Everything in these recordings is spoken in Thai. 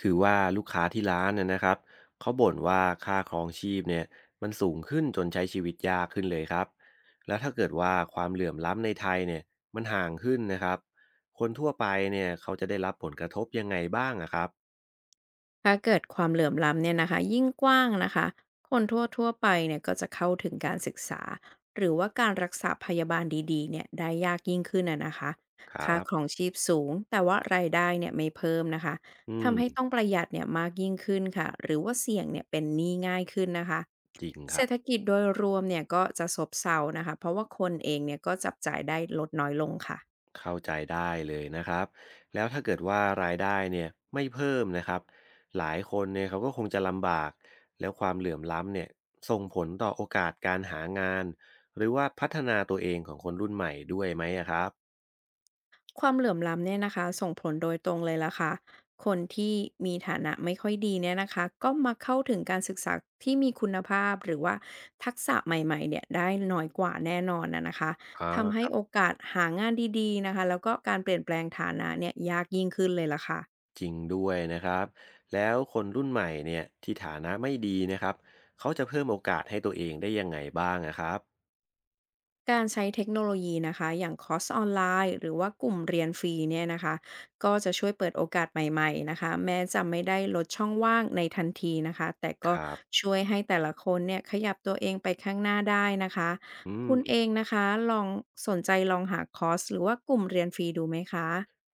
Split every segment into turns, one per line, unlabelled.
คือว่าลูกค้าที่ร้านน่ะนะครับเขาบ่นว่าค่าครองชีพเนี่ยมันสูงขึ้นจนใช้ชีวิตยากขึ้นเลยครับแล้วถ้าเกิดว่าความเหลื่อมล้ำในไทยเนี่ยมันห่างขึ้นนะครับคนทั่วไปเนี่ยเขาจะได้รับผลกระทบยังไงบ้างอะครับ
ถ้าเกิดความเหลื่อมล้ำเนี่ยนะคะยิ่งกว้างนะคะคนทั่วๆไปเนี่ยก็จะเข้าถึงการศึกษาหรือว่าการรักษาพยาบาลดีๆเนี่ยได้ยากยิ่งขึ้นอะนะคะ
ครั
ค่า
บ
ครองชีพสูงแต่ว่ารายได้เนี่ยไม่เพิ่มนะคะ
อืม
ทำให้ต้องประหยัดเนี่ยมากยิ่งขึ้นค่ะหรือว่าเสี่ยงเนี่ยเป็นหนี้ง่ายขึ้นนะคะ
จริงค
เศร
รับ
ษฐกิจโดยรวมเนี่ยก็จะซบเซานะคะเพราะว่าคนเองเนี่ยก็จับจ่ายได้ลดน้อยลงค่ะ
เข้าใจได้เลยนะครับแล้วถ้าเกิดว่ารายได้เนี่ยไม่เพิ่มนะครับหลายคนเนี่ยเขาก็คงจะลำบากแล้วความเหลื่อมล้ำเนี่ยส่งผลต่อโอกาสการหางานหรือว่าพัฒนาตัวเองของคนรุ่นใหม่ด้วยไหมอะครับ
ความเหลื่อมล้ำเนี่ยนะคะส่งผลโดยตรงเลยล่ะค่ะคนที่มีฐานะไม่ค่อยดีเนี่ยนะคะก็มาเข้าถึงการศึกษาที่มีคุณภาพหรือว่าทักษะใหม่ๆเนี่ยได้น้อยกว่าแน่นอนนะนะคะ
อ๋อ
ทำ
ค
ให้
รั
โอ
บ
กาสหางานดีๆนะคะแล้วก็การเปลี่ยนแปลงฐานะเนี่ยยากยิ่งขึ้นเลยล่ะค่ะ
จริงด้วยนะครับแล้วคนรุ่นใหม่เนี่ยที่ฐานะไม่ดีนะครับเขาจะเพิ่มโอกาสให้ตัวเองได้ยังไงบ้างนะครับ
การใช้เทคโนโลยีนะคะอย่างคอร์สออนไลน์หรือว่ากลุ่มเรียนฟรีเนี่ยนะคะก็จะช่วยเปิดโอกาสใหม่ๆนะคะแม้จะไม่ได้ลดช่องว่างในทันทีนะคะแต่
ค
ก็
รับ
ช่วยให้แต่ละคนเนี่ยขยับตัวเองไปข้างหน้าได้นะคะ
อื
คุ
ม
ณเองนะคะลองสนใจลองหาคอร์สหรือว่ากลุ่มเรียนฟรีดูไหมคะ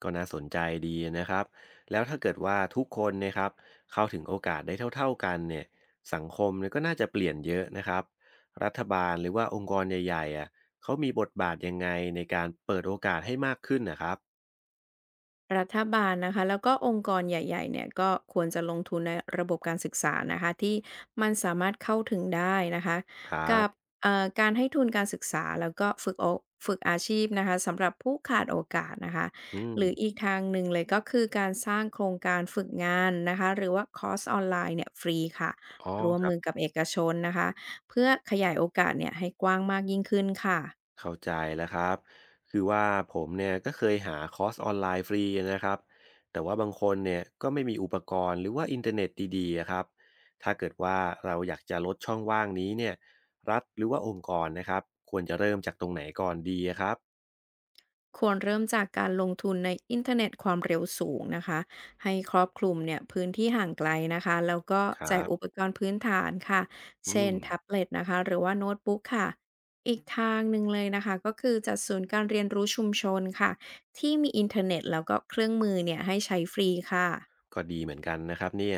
ก็น่าสนใจดีนะครับแล้วถ้าเกิดว่าทุกคนเนะครับเข้าถึงโอกาสได้เท่าๆกันเนี่ยสังคมเนี่ยก็น่าจะเปลี่ยนเยอะนะครับรัฐบาลหรือว่าองค์กรใหญ่ๆอ่ะเขามีบทบาทยังไงในการเปิดโอกาสให้มากขึ้นนะครับ
รัฐบาลนะคะแล้วก็องค์กรใหญ่ๆเนี่ยก็ควรจะลงทุนในระบบการศึกษานะคะที่มันสามารถเข้าถึงได้นะคะ
ครั
กับ
บ
การให้ทุนการศึกษาแล้วก็ฝึกอาชีพนะคะสำหรับผู้ขาดโอกาสนะคะ
อื
หรืออี
ม
กทางหนึ่งเลยก็คือการสร้างโครงการฝึกงานนะคะหรือว่าคอร์สออนไลน์เนี่ยฟรีค่ะ
อ๋อ
ร่วมมือกับเอกชนนะคะเพื่อขยายโอกาสเนี่ยให้กว้างมากยิ่งขึ้นค่ะ
เข้าใจแล้วครับคือว่าผมเนี่ยก็เคยหาคอร์สออนไลน์ฟรีนะครับแต่ว่าบางคนเนี่ยก็ไม่มีอุปกรณ์หรือว่าอินเทอร์เน็ตดีๆอะครับถ้าเกิดว่าเราอยากจะลดช่องว่างนี้เนี่ยรัฐหรือว่าองค์กรนะครับควรจะเริ่มจากตรงไหนก่อนดีอะครับ
ควรเริ่มจากการลงทุนในอินเทอร์เน็ตความเร็วสูงนะคะให้ครอบคลุมเนี่ยพื้นที่ห่างไกลนะคะแล้วก็
ค
แจ
รั
ก
บ
อุปกรณ์พื้นฐานค่ะ
อื
เช่น
ม
แท็บเล็ตนะคะหรือว่าโน้ตบุ๊กค่ะอีกทางหนึ่งเลยนะคะก็คือจัดศูนย์การเรียนรู้ชุมชนค่ะที่มีอินเทอร์เน็ตแล้วก็เครื่องมือเนี่ยให้ใช้ฟรีค่ะ
ก็ดีเหมือนกันนะครับเนี่ย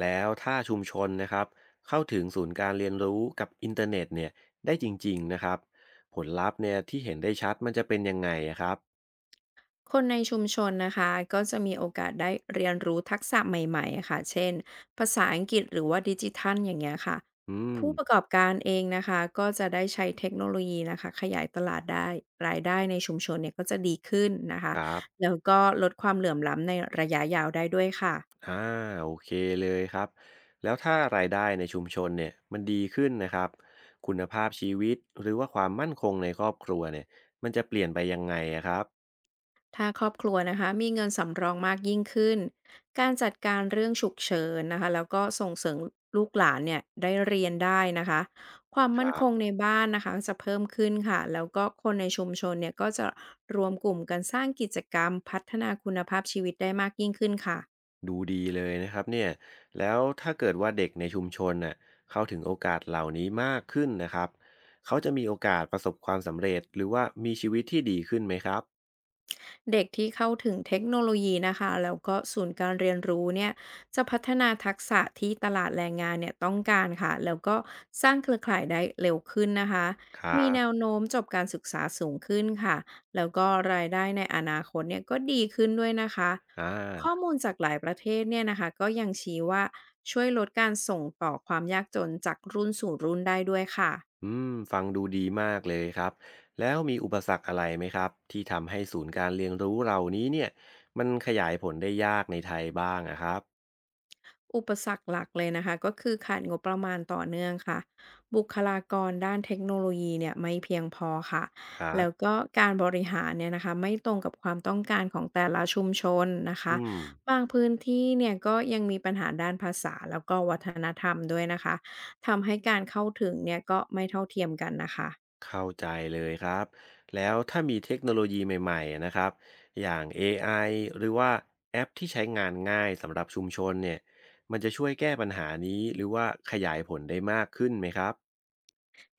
แล้วถ้าชุมชนนะครับเข้าถึงศูนย์การเรียนรู้กับอินเทอร์เน็ตเนี่ยได้จริงๆนะครับผลลัพธ์เนี่ยที่เห็นได้ชัดมันจะเป็นยังไงอะครับ
คนในชุมชนนะคะก็จะมีโอกาสได้เรียนรู้ทักษะใหม่ๆค่ะเช่นภาษาอังกฤษหรือว่าดิจิทัลอย่างเงี้ยค่ะ
อืม
ผู้ประกอบการเองนะคะก็จะได้ใช้เทคโนโลยีนะคะขยายตลาดได้รายได้ในชุมชนเนี่ยก็จะดีขึ้นนะคะ
ครับ
แล้วก็ลดความเหลื่อมล้ำในระยะยาวได้ด้วยค่ะ
อาโอเคเลยครับแล้วถ้ารายได้ในชุมชนเนี่ยมันดีขึ้นนะครับคุณภาพชีวิตหรือว่าความมั่นคงในครอบครัวเนี่ยมันจะเปลี่ยนไปยังไงอะครับ
ถ้าครอบครัวนะคะมีเงินสำรองมากยิ่งขึ้นการจัดการเรื่องฉุกเฉินนะคะแล้วก็ส่งเสริมลูกหลานเนี่ยได้เรียนได้นะคะความ
ค
มั่
รั
นคง
บ
ในบ้านนะคะจะเพิ่มขึ้นค่ะแล้วก็คนในชุมชนเนี่ยก็จะรวมกลุ่มกันสร้างกิจกรรมพัฒนาคุณภาพชีวิตได้มากยิ่งขึ้นค่ะ
ดูดีเลยนะครับเนี่ยแล้วถ้าเกิดว่าเด็กในชุมชนน่ะเข้าถึงโอกาสเหล่านี้มากขึ้นนะครับเขาจะมีโอกาสประสบความสำเร็จหรือว่ามีชีวิตที่ดีขึ้นไหมครับ
เด็กที่เข้าถึงเทคโนโลยีนะคะแล้วก็ศูนย์การเรียนรู้เนี่ยจะพัฒนาทักษะที่ตลาดแรงงานเนี่ยต้องการค่ะแล้วก็สร้างเครือข่ายได้เร็วขึ้นนะคะ
ครั
มีแนว
บ
โน้มจบการศึกษาสูงขึ้นค่ะแล้วก็รายได้ในอนาคตเนี่ยก็ดีขึ้นด้วยนะคะ
อ
ข้อ
า
มูลจากหลายประเทศเนี่ยนะคะก็ยังชี้ว่าช่วยลดการส่งต่อความยากจนจากรุ่นสู่รุ่นได้ด้วยค่ะ
อืมฟังดูดีมากเลยครับ แล้วมีอุปสรรคอะไรไหมครับที่ทำให้ศูนย์การเรียนรู้เรานี้เนี่ยมันขยายผลได้ยากในไทยบ้างอะครับ
อุปสรรคหลักเลยนะคะก็คือขาดงบประมาณต่อเนื่องค่ะบุคลากรด้านเทคโนโลยีเนี่ยไม่เพียงพอค่ะ
ครั
แล้ว
บ
ก็การบริหารเนี่ยนะคะไม่ตรงกับความต้องการของแต่ละชุมชนนะคะ
อืม
บางพื้นที่เนี่ยก็ยังมีปัญหาด้านภาษาแล้วก็วัฒนธรรมด้วยนะคะทำให้การเข้าถึงเนี่ยก็ไม่เท่าเทียมกันนะคะ
เข้าใจเลยครับแล้วถ้ามีเทคโนโลยีใหม่ๆนะครับอย่าง AI หรือว่าแอปที่ใช้งานง่ายสำหรับชุมชนเนี่ยมันจะช่วยแก้ปัญหานี้หรือว่าขยายผลได้มากขึ้นไหมครับ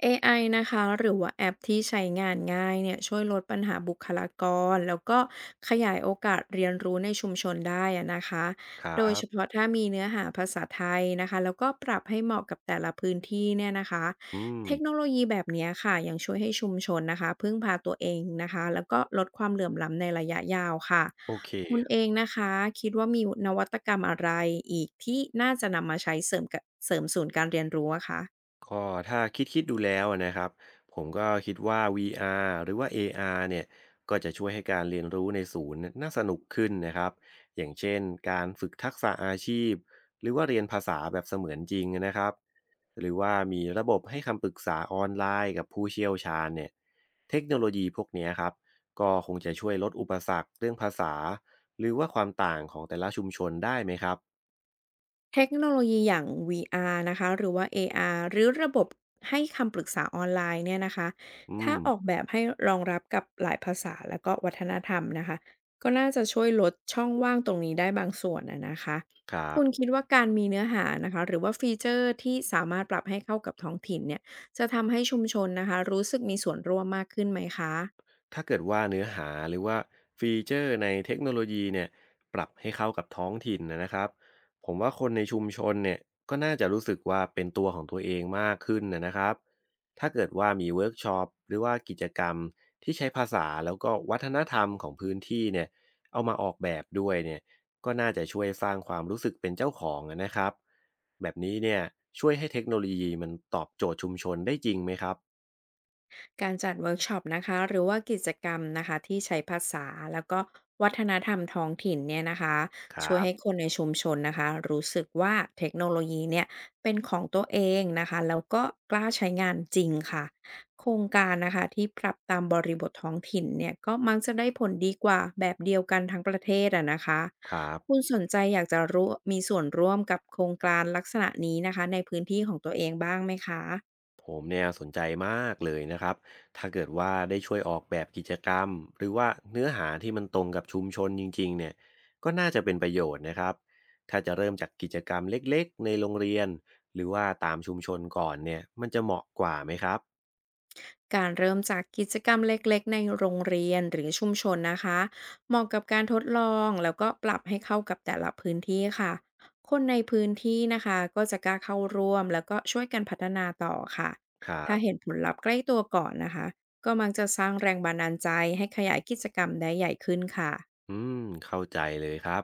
เอไอนะคะหรือว่าแอปที่ใช้งานง่ายเนี่ยช่วยลดปัญหาบุคลากรแล้วก็ขยายโอกาสเรียนรู้ในชุมชนได้อะนะคะ
ครั
โดยเฉ
บ
พาะถ้ามีเนื้อหาภาษาไทยนะคะแล้วก็ปรับให้เหมาะกับแต่ละพื้นที่เนี่ยนะคะ
อืม
เทคโนโลยีแบบเนี้ยค่ะยังช่วยให้ชุมชนนะคะพึ่งพาตัวเองนะคะแล้วก็ลดความเหลื่อมล้ำในระยะยาวค่ะ
โอเค
คุณเองนะคะคิดว่ามีนวัตกรรมอะไรอีกที่น่าจะนำมาใช้เสริมกับเสริมศูนย์การเรียนรู้อะคะ
ก็ถ้าคิดดูแล้วนะครับผมก็คิดว่า VR หรือว่า AR เนี่ยก็จะช่วยให้การเรียนรู้ในศูนย์น่าสนุกขึ้นนะครับอย่างเช่นการฝึกทักษะอาชีพหรือว่าเรียนภาษาแบบเสมือนจริงนะครับหรือว่ามีระบบให้คำปรึกษาออนไลน์กับผู้เชี่ยวชาญเนี่ยเทคโนโลยีพวกเนี้ยครับก็คงจะช่วยลดอุปสรรคเรื่องภาษาหรือว่าความต่างของแต่ละชุมชนได้ไหมครับ
เทคโนโลยีอย่าง VR นะคะหรือว่า AR หรือระบบให้คำปรึกษาออนไลน์เนี่ยนะคะ
อื
ถ้า
ม
ออกแบบให้รองรับกับหลายภาษาและก็วัฒนธรรมนะคะก็น่าจะช่วยลดช่องว่างตรงนี้ได้บางส่วนอะนะคะ
ครั
คุณ
บ
คิดว่าการมีเนื้อหานะคะหรือว่าฟีเจอร์ที่สามารถปรับให้เข้ากับท้องถิ่นเนี่ยจะทำให้ชุมชนนะคะรู้สึกมีส่วนร่วมมากขึ้นไหมคะ
ถ้าเกิดว่าเนื้อหาหรือว่าฟีเจอร์ในเทคโนโลยีเนี่ยปรับให้เข้ากับท้องถิ่นนะนะครับผมว่าคนในชุมชนเนี่ยก็น่าจะรู้สึกว่าเป็นตัวของตัวเองมากขึ้นนะนะครับถ้าเกิดว่ามีเวิร์กช็อปหรือว่ากิจกรรมที่ใช้ภาษาแล้วก็วัฒนธรรมของพื้นที่เนี่ยเอามาออกแบบด้วยเนี่ยก็น่าจะช่วยสร้างความรู้สึกเป็นเจ้าของนะครับแบบนี้เนี่ยช่วยให้เทคโนโลยีมันตอบโจทย์ชุมชนได้จริงไหมครับ
การจัดเวิร์กช็อปนะคะหรือว่ากิจกรรมนะคะที่ใช้ภาษาแล้วก็วัฒนธรรมท้องถิ่นเนี่ยนะคะ
ครั
ช่วยให้ค
บ
นในชุมชนนะคะรู้สึกว่าเทคโนโลยีเนี่ยเป็นของตัวเองนะคะแล้วก็กล้าใช้งานจริงค่ะโครงการนะคะที่ปรับตามบริบทท้องถิ่นเนี่ยก็มักจะได้ผลดีกว่าแบบเดียวกันทั้งประเทศอะนะคะ
ครับ
คุณสนใจอยากจะรู้มีส่วนร่วมกับโครงการลักษณะนี้นะคะในพื้นที่ของตัวเองบ้างไหมคะ
ผมเนี่ยสนใจมากเลยนะครับถ้าเกิดว่าได้ช่วยออกแบบกิจกรรมหรือว่าเนื้อหาที่มันตรงกับชุมชนจริงๆเนี่ยก็น่าจะเป็นประโยชน์นะครับถ้าจะเริ่มจากกิจกรรมเล็กๆในโรงเรียนหรือว่าตามชุมชนก่อนเนี่ยมันจะเหมาะกว่าไหมครับ
การเริ่มจากกิจกรรมเล็กๆในโรงเรียนหรือชุมชนนะคะเหมาะกับการทดลองแล้วก็ปรับให้เข้ากับแต่ละพื้นที่ค่ะคนในพื้นที่นะคะก็จะกล้าเข้าร่วมแล้วก็ช่วยกันพัฒนาต่อค่ะ
ครั
ถ้าเห็น
บ
ผลลัพธ์ใกล้ตัวก่อนนะคะก็มักจะสร้างแรงบันดาลใจให้ขยายกิจกรรมได้ใหญ่ขึ้นค่ะ
อืมเข้าใจเลยครับ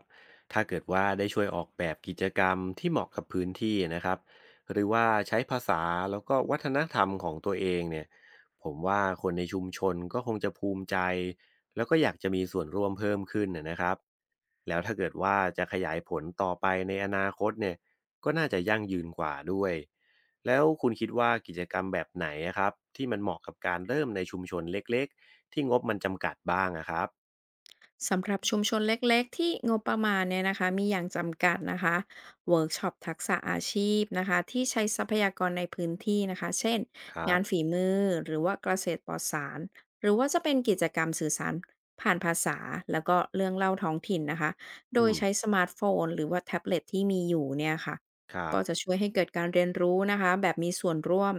ถ้าเกิดว่าได้ช่วยออกแบบกิจกรรมที่เหมาะกับพื้นที่นะครับหรือว่าใช้ภาษาแล้วก็วัฒนธรรมของตัวเองเนี่ยผมว่าคนในชุมชนก็คงจะภูมิใจ แล้วก็อยากจะมีส่วนร่วมเพิ่มขึ้นนะนะครับแล้วถ้าเกิดว่าจะขยายผลต่อไปในอนาคตเนี่ยก็น่าจะยั่งยืนกว่าด้วย แล้วคุณคิดว่ากิจกรรมแบบไหนอะครับที่มันเหมาะกับการเริ่มในชุมชนเล็กๆที่งบมันจำกัดบ้างอะครับ
สำหรับชุมชนเล็กๆที่งบประมาณเนี่ยนะคะมีอย่างจำกัดนะคะเวิร์กช็อปทักษะอาชีพนะคะที่ใช้ทรัพยากรในพื้นที่นะคะเช่น
ครั
งานฝี
บ
มือหรือว่าเกษตรปลอดสารหรือว่าจะเป็นกิจกรรมสื่อสารผ่านภาษาแล้วก็เรื่องเล่าท้องถิ่นนะคะโด
อื
ย
ม
ใช้สมาร์ทโฟนหรือว่าแท็บเล็ตที่มีอยู่เนี่ยค่ะ
ครั
ก็
บ
จะช่วยให้เกิดการเรียนรู้นะคะแบบมีส่วนร่วม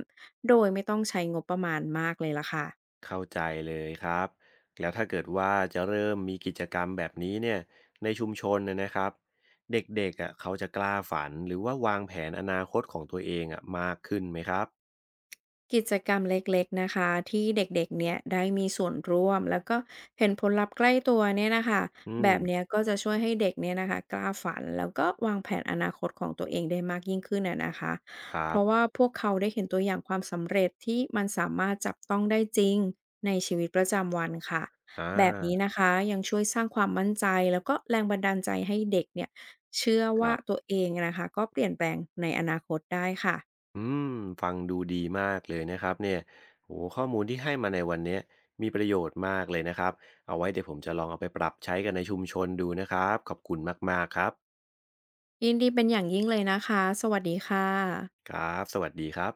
โดยไม่ต้องใช้งบประมาณมากเลยล่ะค่ะ
เข้าใจเลยครับแล้วถ้าเกิดว่าจะเริ่มมีกิจกรรมแบบนี้เนี่ยในชุมชนนะนะครับเด็กๆอ่ะเขาจะกล้าฝันหรือว่าวางแผนอนาคตของตัวเองอ่ะมากขึ้นไหมครับ
กิจกรรมเล็กๆนะคะที่เด็กๆเนี่ยได้มีส่วนร่วมแล้วก็เห็นผลลัพธ์ใกล้ตัวเนี่ยนะคะ
อื
แบบเนี้ย
ม
ก็จะช่วยให้เด็กเนี่ยนะคะกล้าฝันแล้วก็วางแผนอนาคตของตัวเองได้มากยิ่งขึ้นนะคะ
ครั
เพราะ
บ
ว่าพวกเขาได้เห็นตัวอย่างความสำเร็จที่มันสามารถจับต้องได้จริงในชีวิตประจำวันค่ะ
อ่
แบบนี้
า
นะคะยังช่วยสร้างความมั่นใจแล้วก็แรงบันดาลใจให้เด็กเนี่ยเชื่อ
ค
ว่า
รับ
ตัวเองนะคะก็เปลี่ยนแปลงในอนาคตได้ค่ะ
อืมฟังดูดีมากเลยนะครับเนี่ยโหข้อมูลที่ให้มาในวันเนี้ยมีประโยชน์มากเลยนะครับเอาไว้เดี๋ยวผมจะลองเอาไปปรับใช้กันในชุมชนดูนะครับขอบคุณมากๆครับ
ยินดีเป็นอย่างยิ่งเลยนะคะ สวัสดีค่ะ
ครับสวัสดีครับ